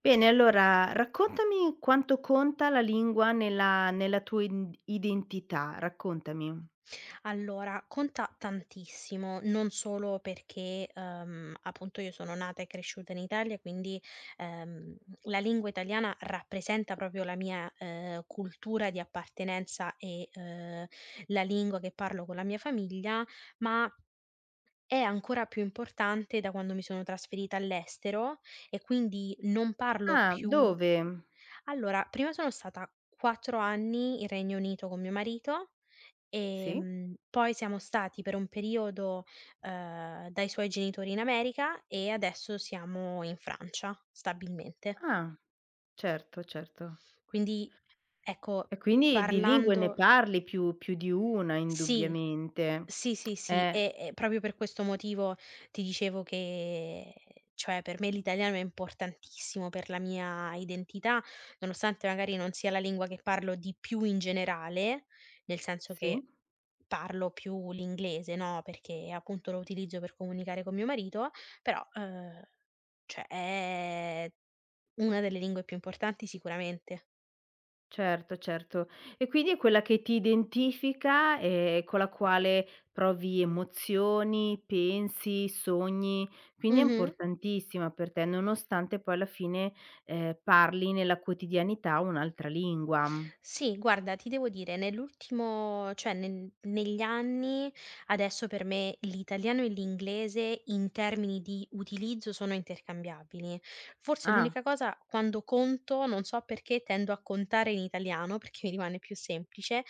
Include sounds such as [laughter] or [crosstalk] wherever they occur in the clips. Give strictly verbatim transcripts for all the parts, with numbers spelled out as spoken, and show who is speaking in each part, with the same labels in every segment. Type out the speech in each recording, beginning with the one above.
Speaker 1: Bene, allora raccontami quanto conta la lingua nella nella tua in identità, raccontami.
Speaker 2: Allora, conta tantissimo, non solo perché, ehm, appunto io sono nata e cresciuta in Italia, quindi, ehm, la lingua italiana rappresenta proprio la mia, ehm, cultura di appartenenza e, ehm, la lingua che parlo con la mia famiglia, ma è ancora più importante da quando mi sono trasferita all'estero e quindi non parlo
Speaker 1: Ah,
Speaker 2: più.
Speaker 1: dove?
Speaker 2: Allora, prima sono stata quattro anni in Regno Unito con mio marito.
Speaker 1: Sì?
Speaker 2: Ehm, poi siamo stati per un periodo, ehm, dai suoi genitori in America e adesso siamo in Francia stabilmente.
Speaker 1: Ah, certo, certo.
Speaker 2: Quindi ecco,
Speaker 1: E quindi di lingue ne
Speaker 2: parlando.
Speaker 1: parli più più di una
Speaker 2: Sì,
Speaker 1: indubbiamente.
Speaker 2: sì, sì, sì,
Speaker 1: Eh,
Speaker 2: e e proprio per questo motivo ti dicevo che cioè per me l'italiano è importantissimo per la mia identità, nonostante magari non sia la lingua che parlo di più in generale, nel senso
Speaker 1: sì?
Speaker 2: che parlo più l'inglese, no, perché appunto lo utilizzo per comunicare con mio marito, però, uhm, cioè è una delle lingue più importanti sicuramente.
Speaker 1: Certo, certo. E quindi è quella che ti identifica e con la quale provi emozioni, pensi, sogni, quindi è
Speaker 2: Mh-mh.
Speaker 1: importantissima per te, nonostante poi alla fine, ehm, parli nella quotidianità un'altra lingua.
Speaker 2: Sì, guarda, ti devo dire, nell'ultimo cioè nel negli anni, adesso per me l'italiano e l'inglese in termini di utilizzo sono intercambiabili. Forse
Speaker 1: Ah,
Speaker 2: l'unica cosa, quando conto, non so perché, tendo a contare in italiano, perché mi rimane più semplice,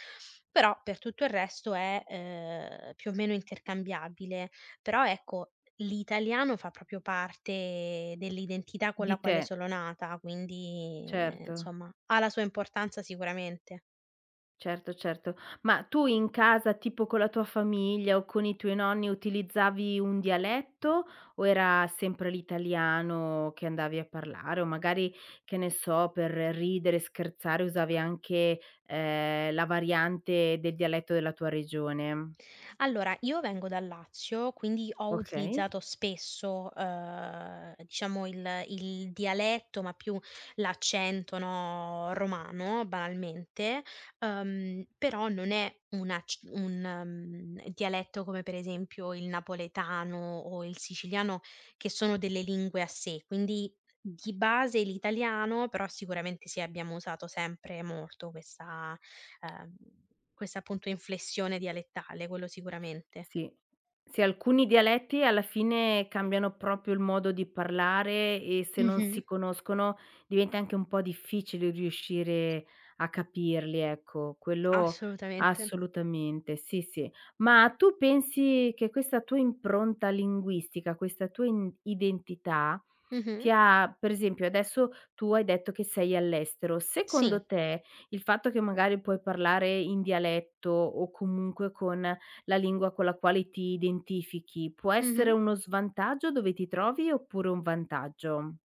Speaker 2: però per tutto il resto è, ehm, più o meno intercambiabile. Però ecco, l'italiano fa proprio parte dell'identità con
Speaker 1: di
Speaker 2: la
Speaker 1: te,
Speaker 2: quale sono nata, quindi, ehm,
Speaker 1: certo.
Speaker 2: insomma, ha la sua importanza sicuramente.
Speaker 1: Certo, certo. Ma tu in casa, tipo con la tua famiglia o con i tuoi nonni, utilizzavi un dialetto o era sempre l'italiano che andavi a parlare? O magari, che ne so, per ridere, scherzare, usavi anche, ehm, la variante del dialetto della tua regione?
Speaker 2: Allora, io vengo dal Lazio, quindi ho
Speaker 1: Okay.
Speaker 2: utilizzato spesso, uhm, diciamo il il dialetto, ma più l'accento, no, romano banalmente, uhm, però non è un acc un, mhmm, dialetto come per esempio il napoletano o il siciliano che sono delle lingue a sé, quindi di base l'italiano, però sicuramente sì, abbiamo usato sempre molto questa ehm, questa appunto inflessione dialettale, quello sicuramente.
Speaker 1: Sì. Sì, alcuni dialetti alla fine cambiano proprio il modo di parlare e se non
Speaker 2: Mh-mh.
Speaker 1: si conoscono diventa anche un po' difficile riuscire a capirli, ecco, quello
Speaker 2: Assolutamente.
Speaker 1: assolutamente, sì, sì. Ma tu pensi che questa tua impronta linguistica, questa tua in identità
Speaker 2: Mh-mh.
Speaker 1: ti ha per esempio adesso tu hai detto che sei all'estero,
Speaker 2: Sì.
Speaker 1: secondo te il fatto che magari puoi parlare in dialetto o comunque con la lingua con la quale ti identifichi, può essere
Speaker 2: Mh-mh.
Speaker 1: uno svantaggio dove ti trovi oppure un vantaggio?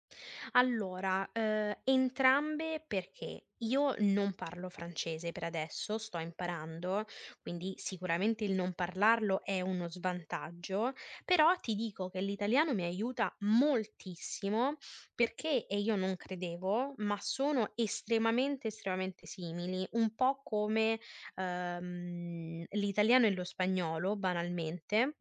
Speaker 2: Allora, uhm, entrambe perché io non parlo francese per adesso, sto imparando, quindi sicuramente il non parlarlo è uno svantaggio, però ti dico che l'italiano mi aiuta moltissimo perché e io non credevo, ma sono estremamente, estremamente simili, un po' come, uhm, l'italiano e lo spagnolo banalmente.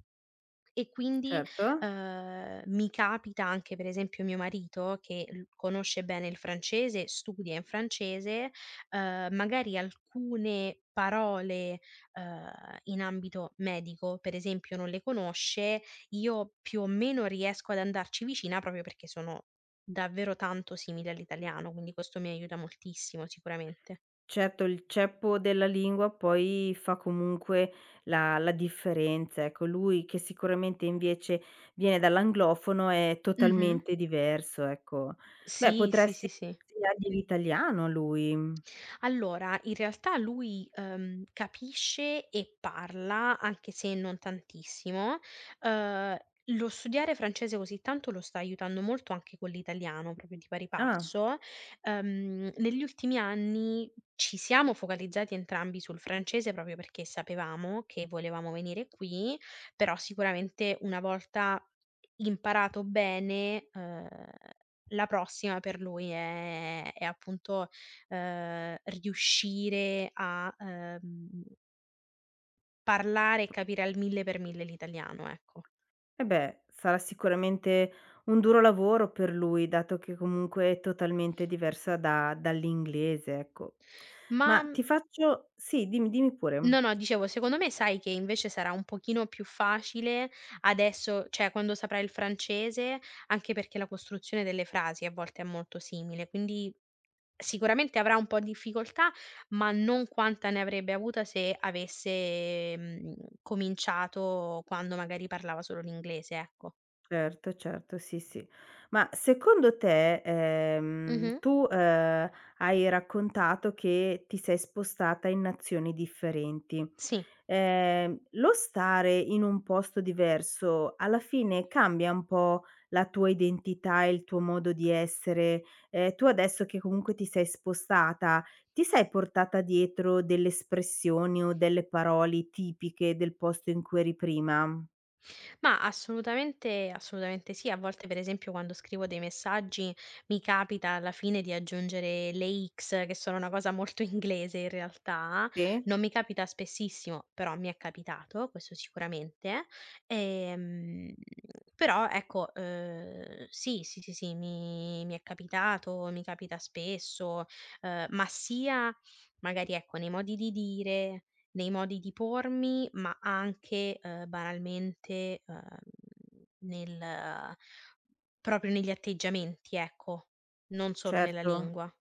Speaker 2: E quindi,
Speaker 1: Certo.
Speaker 2: uhm, mi capita anche per esempio mio marito che l conosce bene il francese, studia in francese, uhm, magari alcune parole, uhm, in ambito medico, per esempio, non le conosce, io più o meno riesco ad andarci vicina proprio perché sono davvero tanto simili all'italiano, quindi questo mi aiuta moltissimo sicuramente.
Speaker 1: Certo, il ceppo della lingua poi fa comunque la la differenza, ecco. Lui che sicuramente invece viene dall'anglofono è
Speaker 2: Mh-mh.
Speaker 1: totalmente diverso, ecco. Beh,
Speaker 2: Sì, sì,
Speaker 1: potresti
Speaker 2: sì, sì.
Speaker 1: insegnargli l'italiano a lui.
Speaker 2: Allora, in realtà lui, ehm, capisce e parla, anche se non tantissimo. Uhm, Lo studiare francese così tanto lo sta aiutando molto anche con l'italiano, proprio di pari
Speaker 1: Ah,
Speaker 2: passo. Ehm, negli ultimi anni ci siamo focalizzati entrambi sul francese proprio perché sapevamo che volevamo venire qui, però sicuramente una volta imparato bene, uhm, la prossima per lui è è appunto ehm, riuscire a, ehm, parlare e capire al mille per mille l'italiano, ecco.
Speaker 1: e beh, sarà sicuramente un duro lavoro per lui, dato che comunque è totalmente diversa da dall'inglese, ecco. Ma
Speaker 2: Ma mh,
Speaker 1: ti faccio sì, dimmi, dimmi pure.
Speaker 2: no, no, dicevo, secondo me sai che invece sarà un pochino più facile adesso cioè quando saprai il francese, anche perché la costruzione delle frasi a volte è molto simile, quindi sicuramente avrà un po' di difficoltà, ma non quanta ne avrebbe avuta se avesse, mhmm, cominciato quando magari parlava solo l'inglese, ecco.
Speaker 1: Certo, certo, sì, sì. Ma secondo te, ehm,
Speaker 2: Mh-mh.
Speaker 1: tu, ehm, hai raccontato che ti sei spostata in nazioni differenti.
Speaker 2: Sì.
Speaker 1: Ehm, lo stare in un posto diverso alla fine cambia un po' la tua identità e il tuo modo di essere? Ehm, tu adesso che comunque ti sei spostata, ti sei portata dietro delle espressioni o delle parole tipiche del posto in cui eri prima?
Speaker 2: Ma assolutamente assolutamente sì. A volte, per esempio, quando scrivo dei messaggi, mi capita alla fine di aggiungere le X, che sono una cosa molto [laughs] inglese in realtà.
Speaker 1: Sì?
Speaker 2: Non mi capita spessissimo, però mi è capitato, questo sicuramente. Ehm, Però ecco, uhm, sì, sì, sì, sì, mi mi è capitato, mi capita spesso, uhm, ma sia magari, ecco, nei modi di dire, nei modi di pormi, ma anche, ehm, banalmente, ehm, nel proprio negli atteggiamenti, ecco, non solo nella
Speaker 1: Certo.
Speaker 2: lingua.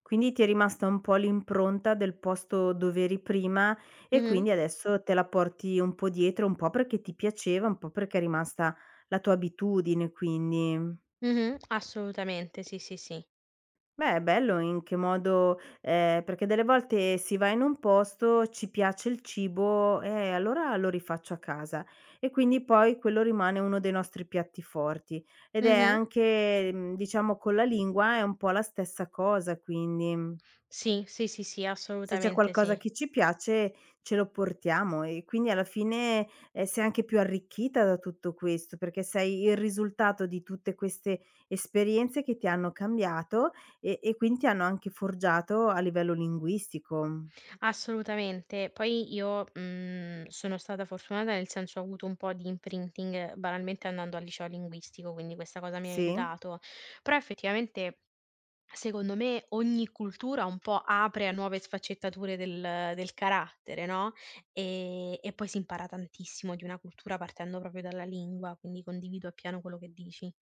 Speaker 1: Quindi ti è rimasta un po' l'impronta del posto dov'eri prima e
Speaker 2: Mh-mh.
Speaker 1: quindi adesso te la porti un po' dietro, un po' perché ti piaceva, un po' perché è rimasta la tua abitudine quindi.
Speaker 2: Mh-mh. Assolutamente, sì, sì, sì.
Speaker 1: Beh, è bello in che modo ehm, perché delle volte si va in un posto, ci piace il cibo: "Eh, allora lo rifaccio a casa." E quindi poi quello rimane uno dei nostri piatti forti. Ed è
Speaker 2: Mh-mh.
Speaker 1: anche, mhmm, diciamo con la lingua è un po' la stessa cosa quindi.
Speaker 2: Sì, sì, sì, sì,
Speaker 1: Se c'è
Speaker 2: assolutamente sì.
Speaker 1: qualcosa che ci piace ce lo portiamo e quindi alla fine, ehm, sei anche più arricchita da tutto questo, perché sei il risultato di tutte queste esperienze che ti hanno cambiato e e quindi ti hanno anche forgiato a livello linguistico.
Speaker 2: Assolutamente. Poi io, mhmm, sono stata fortunata, nel senso ho avuto un po' di imprinting eh, banalmente andando al liceo linguistico, quindi questa cosa mi ha
Speaker 1: Sì?
Speaker 2: aiutato. Però effettivamente secondo me ogni cultura un po' apre a nuove sfaccettature del del carattere, no, ehm, e poi si impara tantissimo di una cultura partendo proprio dalla lingua, quindi condivido appieno quello che dici.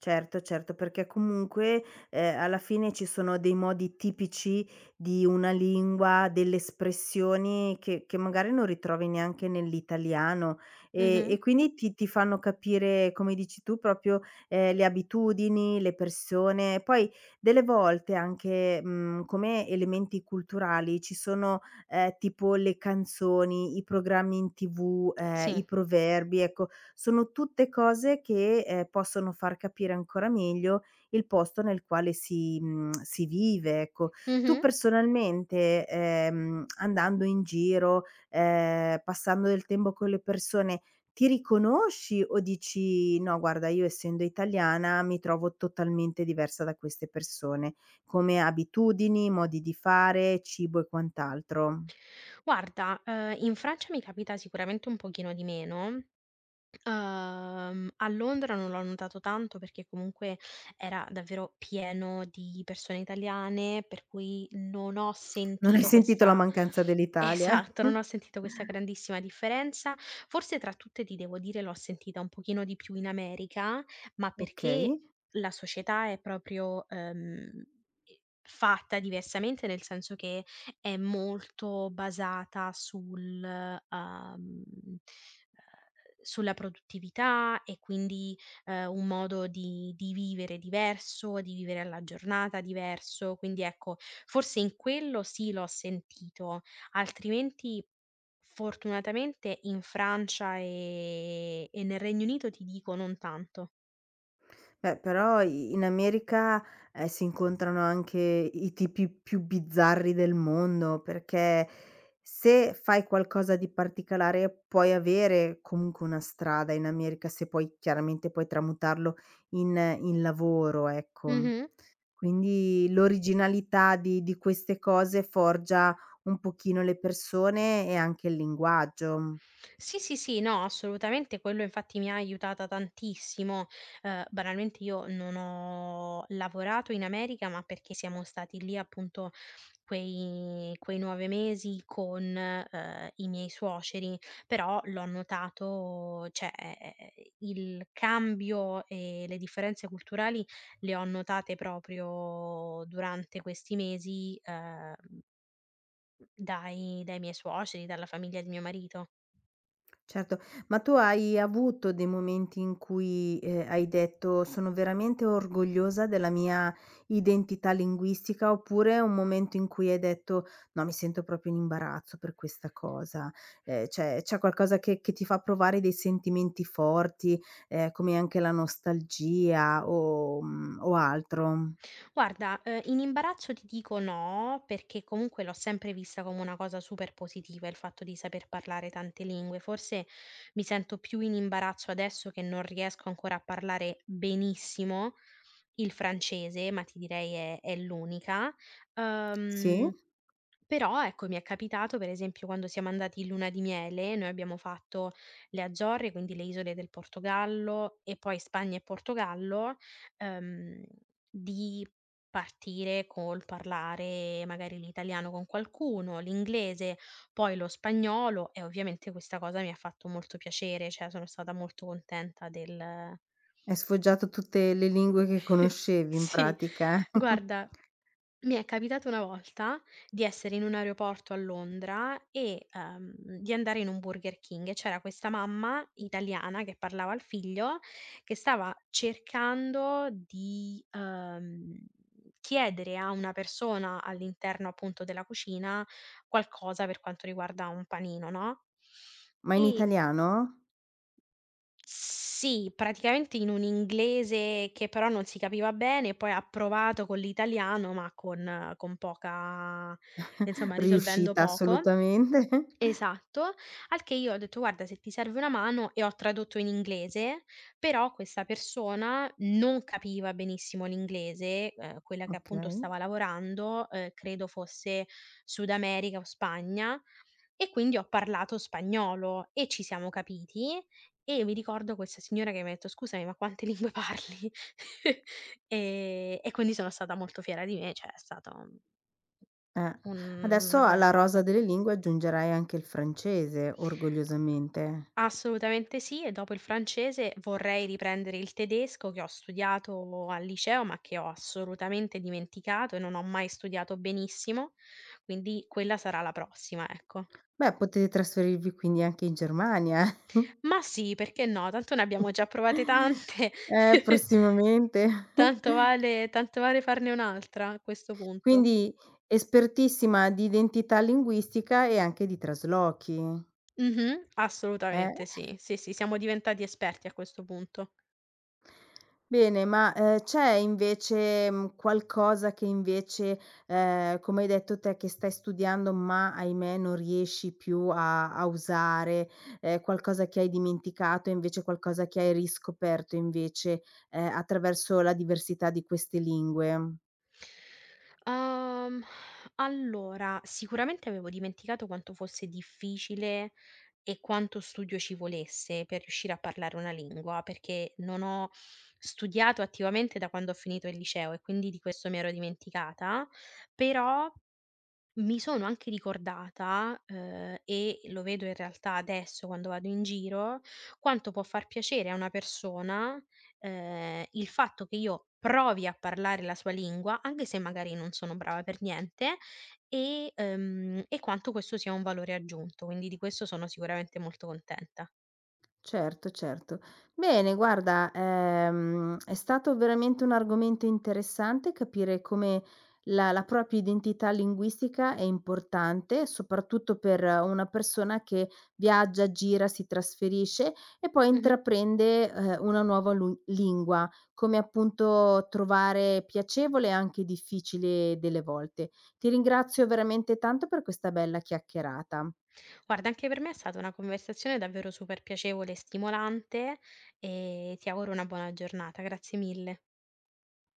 Speaker 1: Certo, certo, perché comunque, ehm, alla fine ci sono dei modi tipici di una lingua, delle espressioni che che magari non ritrovi neanche nell'italiano, e
Speaker 2: Mh-mh.
Speaker 1: e quindi ti ti fanno capire, come dici tu, proprio, ehm, le abitudini, le persone. Poi delle volte anche, mhmm, come elementi culturali ci sono, ehm, tipo le canzoni, i programmi in T V, ehm,
Speaker 2: Sì.
Speaker 1: i proverbi, ecco sono tutte cose che, ehm, possono far capire ancora meglio il posto nel quale si mhmm, si vive, ecco. Tu
Speaker 2: Mh-mh.
Speaker 1: personalmente, ehm, andando in giro, ehm, passando del tempo con le persone, ti riconosci o dici: "No, guarda, io essendo italiana mi trovo totalmente diversa da queste persone", come abitudini, modi di fare, cibo e quant'altro?
Speaker 2: Guarda, ehm, in Francia mi capita sicuramente un pochino di meno. Uhm, a Londra non l'ho notato tanto perché comunque era davvero pieno di persone italiane, per cui non ho
Speaker 1: Non hai
Speaker 2: sentito
Speaker 1: sentito la
Speaker 2: questa.
Speaker 1: mancanza dell'Italia?
Speaker 2: [laughs] Esatto, non ho
Speaker 1: [laughs]
Speaker 2: sentito questa grandissima differenza. Forse tra tutte ti devo dire l'ho sentita un pochino di più in America, ma perché
Speaker 1: Okay.
Speaker 2: la società è proprio, ehm, i fatta diversamente, nel senso che è molto basata sul, uhm, uhm sulla produttività e quindi, ehm, un modo di di vivere diverso, di vivere alla giornata diverso, quindi ecco, forse in quello sì l'ho sentito, altrimenti fortunatamente in Francia e e nel Regno Unito ti dico non tanto.
Speaker 1: Eh, però i in America, ehm, si incontrano anche i tipi più bizzarri del mondo, perché se fai qualcosa di particolare puoi avere comunque una strada in America, se poi chiaramente puoi tramutarlo in in lavoro, ecco.
Speaker 2: Mh-mh.
Speaker 1: Quindi l'originalità di di queste cose forgia un pochino le persone e anche il linguaggio.
Speaker 2: Sì, sì, sì, no, assolutamente, quello infatti mi ha aiutata tantissimo. Ehm, banalmente io non ho lavorato in America, ma perché siamo stati lì appunto quei quei nove mesi con, ehm, i miei suoceri, però l'ho notato cioè, ehm, il cambio e le differenze culturali le ho notate proprio durante questi mesi, ehm, dai dai miei suoceri, dalla famiglia di mio marito.
Speaker 1: Certo, ma tu hai avuto dei momenti in cui, ehm, hai detto: "Sono veramente orgogliosa della mia identità linguistica", oppure un momento in cui hai detto: "No, mi sento proprio in imbarazzo per questa cosa"? Ehm, c'è c'è qualcosa che che ti fa provare dei sentimenti forti, ehm, come anche la nostalgia o mhmm, o altro?
Speaker 2: Guarda, ehm, in imbarazzo ti dico no, perché comunque l'ho sempre vista come una cosa super positiva il fatto di saper parlare tante lingue. Forse mi sento più in imbarazzo adesso che non riesco ancora a parlare benissimo il francese, ma ti direi è è l'unica.
Speaker 1: Sì?
Speaker 2: Uhm però, ecco, mi è capitato, per esempio, quando siamo andati in luna di miele, noi abbiamo fatto le Azzorre, quindi le isole del Portogallo e poi Spagna e Portogallo, ehm, di partire col parlare magari l'italiano con qualcuno, l'inglese, poi lo spagnolo e ovviamente questa cosa mi ha fatto molto piacere, cioè sono stata molto contenta del.
Speaker 1: Hai sfoggiato tutte le lingue che
Speaker 2: [laughs]
Speaker 1: conoscevi in
Speaker 2: Sì,
Speaker 1: pratica?
Speaker 2: guarda,
Speaker 1: [laughs]
Speaker 2: mi è capitato una volta di essere in un aeroporto a Londra e, ehm, di andare in un Burger King e c'era questa mamma italiana che parlava al figlio, che stava cercando di, ehm, chiedere a una persona all'interno appunto della cucina qualcosa per quanto riguarda un panino, no,
Speaker 1: Ma in
Speaker 2: e
Speaker 1: italiano?
Speaker 2: sì, praticamente in un inglese che però non si capiva bene, poi ha provato con l'italiano, ma con con poca insomma risolvendo
Speaker 1: Riuscita
Speaker 2: poco.
Speaker 1: assolutamente. [laughs]
Speaker 2: Esatto, al che io ho detto: "Guarda, se ti serve una mano" e ho tradotto in inglese, però questa persona non capiva benissimo l'inglese, ehm, quella che appunto
Speaker 1: Okay.
Speaker 2: stava lavorando, ehm, credo fosse Sud America o Spagna, e quindi ho parlato spagnolo e ci siamo capiti e mi ricordo questa signora che mi ha detto: "Scusami, ma quante lingue parli?" [laughs] Ehm, e quindi sono stata molto fiera di me, cioè è stato un
Speaker 1: Eh.
Speaker 2: una
Speaker 1: Adesso
Speaker 2: bella
Speaker 1: alla rosa
Speaker 2: cosa.
Speaker 1: delle lingue aggiungerai anche il francese, orgogliosamente.
Speaker 2: Assolutamente sì, e dopo il francese vorrei riprendere il tedesco che ho studiato al liceo, ma che ho assolutamente dimenticato e non ho mai studiato benissimo, quindi quella sarà la prossima, ecco.
Speaker 1: Beh, potete trasferirvi quindi anche in Germania, [laughs]
Speaker 2: Ma sì, perché no? Tanto ne abbiamo già provate tante,
Speaker 1: eh,
Speaker 2: [laughs]
Speaker 1: prossimamente.
Speaker 2: tanto
Speaker 1: [laughs]
Speaker 2: vale tanto vale farne un'altra a questo punto.
Speaker 1: Quindi espertissima di identità linguistica e anche di traslochi.
Speaker 2: Mh-mh,
Speaker 1: Eh.
Speaker 2: assolutamente sì, sì, sì, siamo diventati esperti a questo punto.
Speaker 1: Bene, ma, ehm, c'è invece, mhmm, qualcosa che invece, ehm, come hai detto te, che stai studiando ma ahimè non riesci più a a usare, ehm, qualcosa che hai dimenticato, invece qualcosa che hai riscoperto invece, ehm, attraverso la diversità di queste lingue?
Speaker 2: Uhm, allora, sicuramente avevo dimenticato quanto fosse difficile e quanto studio ci volesse per riuscire a parlare una lingua, perché non ho studiato attivamente da quando ho finito il liceo e quindi di questo mi ero dimenticata, però mi sono anche ricordata, uhm, e lo vedo in realtà adesso quando vado in giro, quanto può far piacere a una persona, ehm, il fatto che io provi a parlare la sua lingua, anche se magari non sono brava per niente, e ehm, e quanto questo sia un valore aggiunto, quindi di questo sono sicuramente molto contenta.
Speaker 1: Certo, certo. Bene, guarda, ehm, è stato veramente un argomento interessante capire come la, la propria identità linguistica è importante, soprattutto per una persona che viaggia, gira, si trasferisce e poi
Speaker 2: Mh-mh.
Speaker 1: intraprende, eh, una nuova lu- lingua, come appunto trovare piacevole e anche difficile delle volte. Ti ringrazio veramente tanto per questa bella chiacchierata.
Speaker 2: Guarda anche per me è stata una conversazione davvero super piacevole e stimolante e ti auguro una buona giornata. Grazie mille.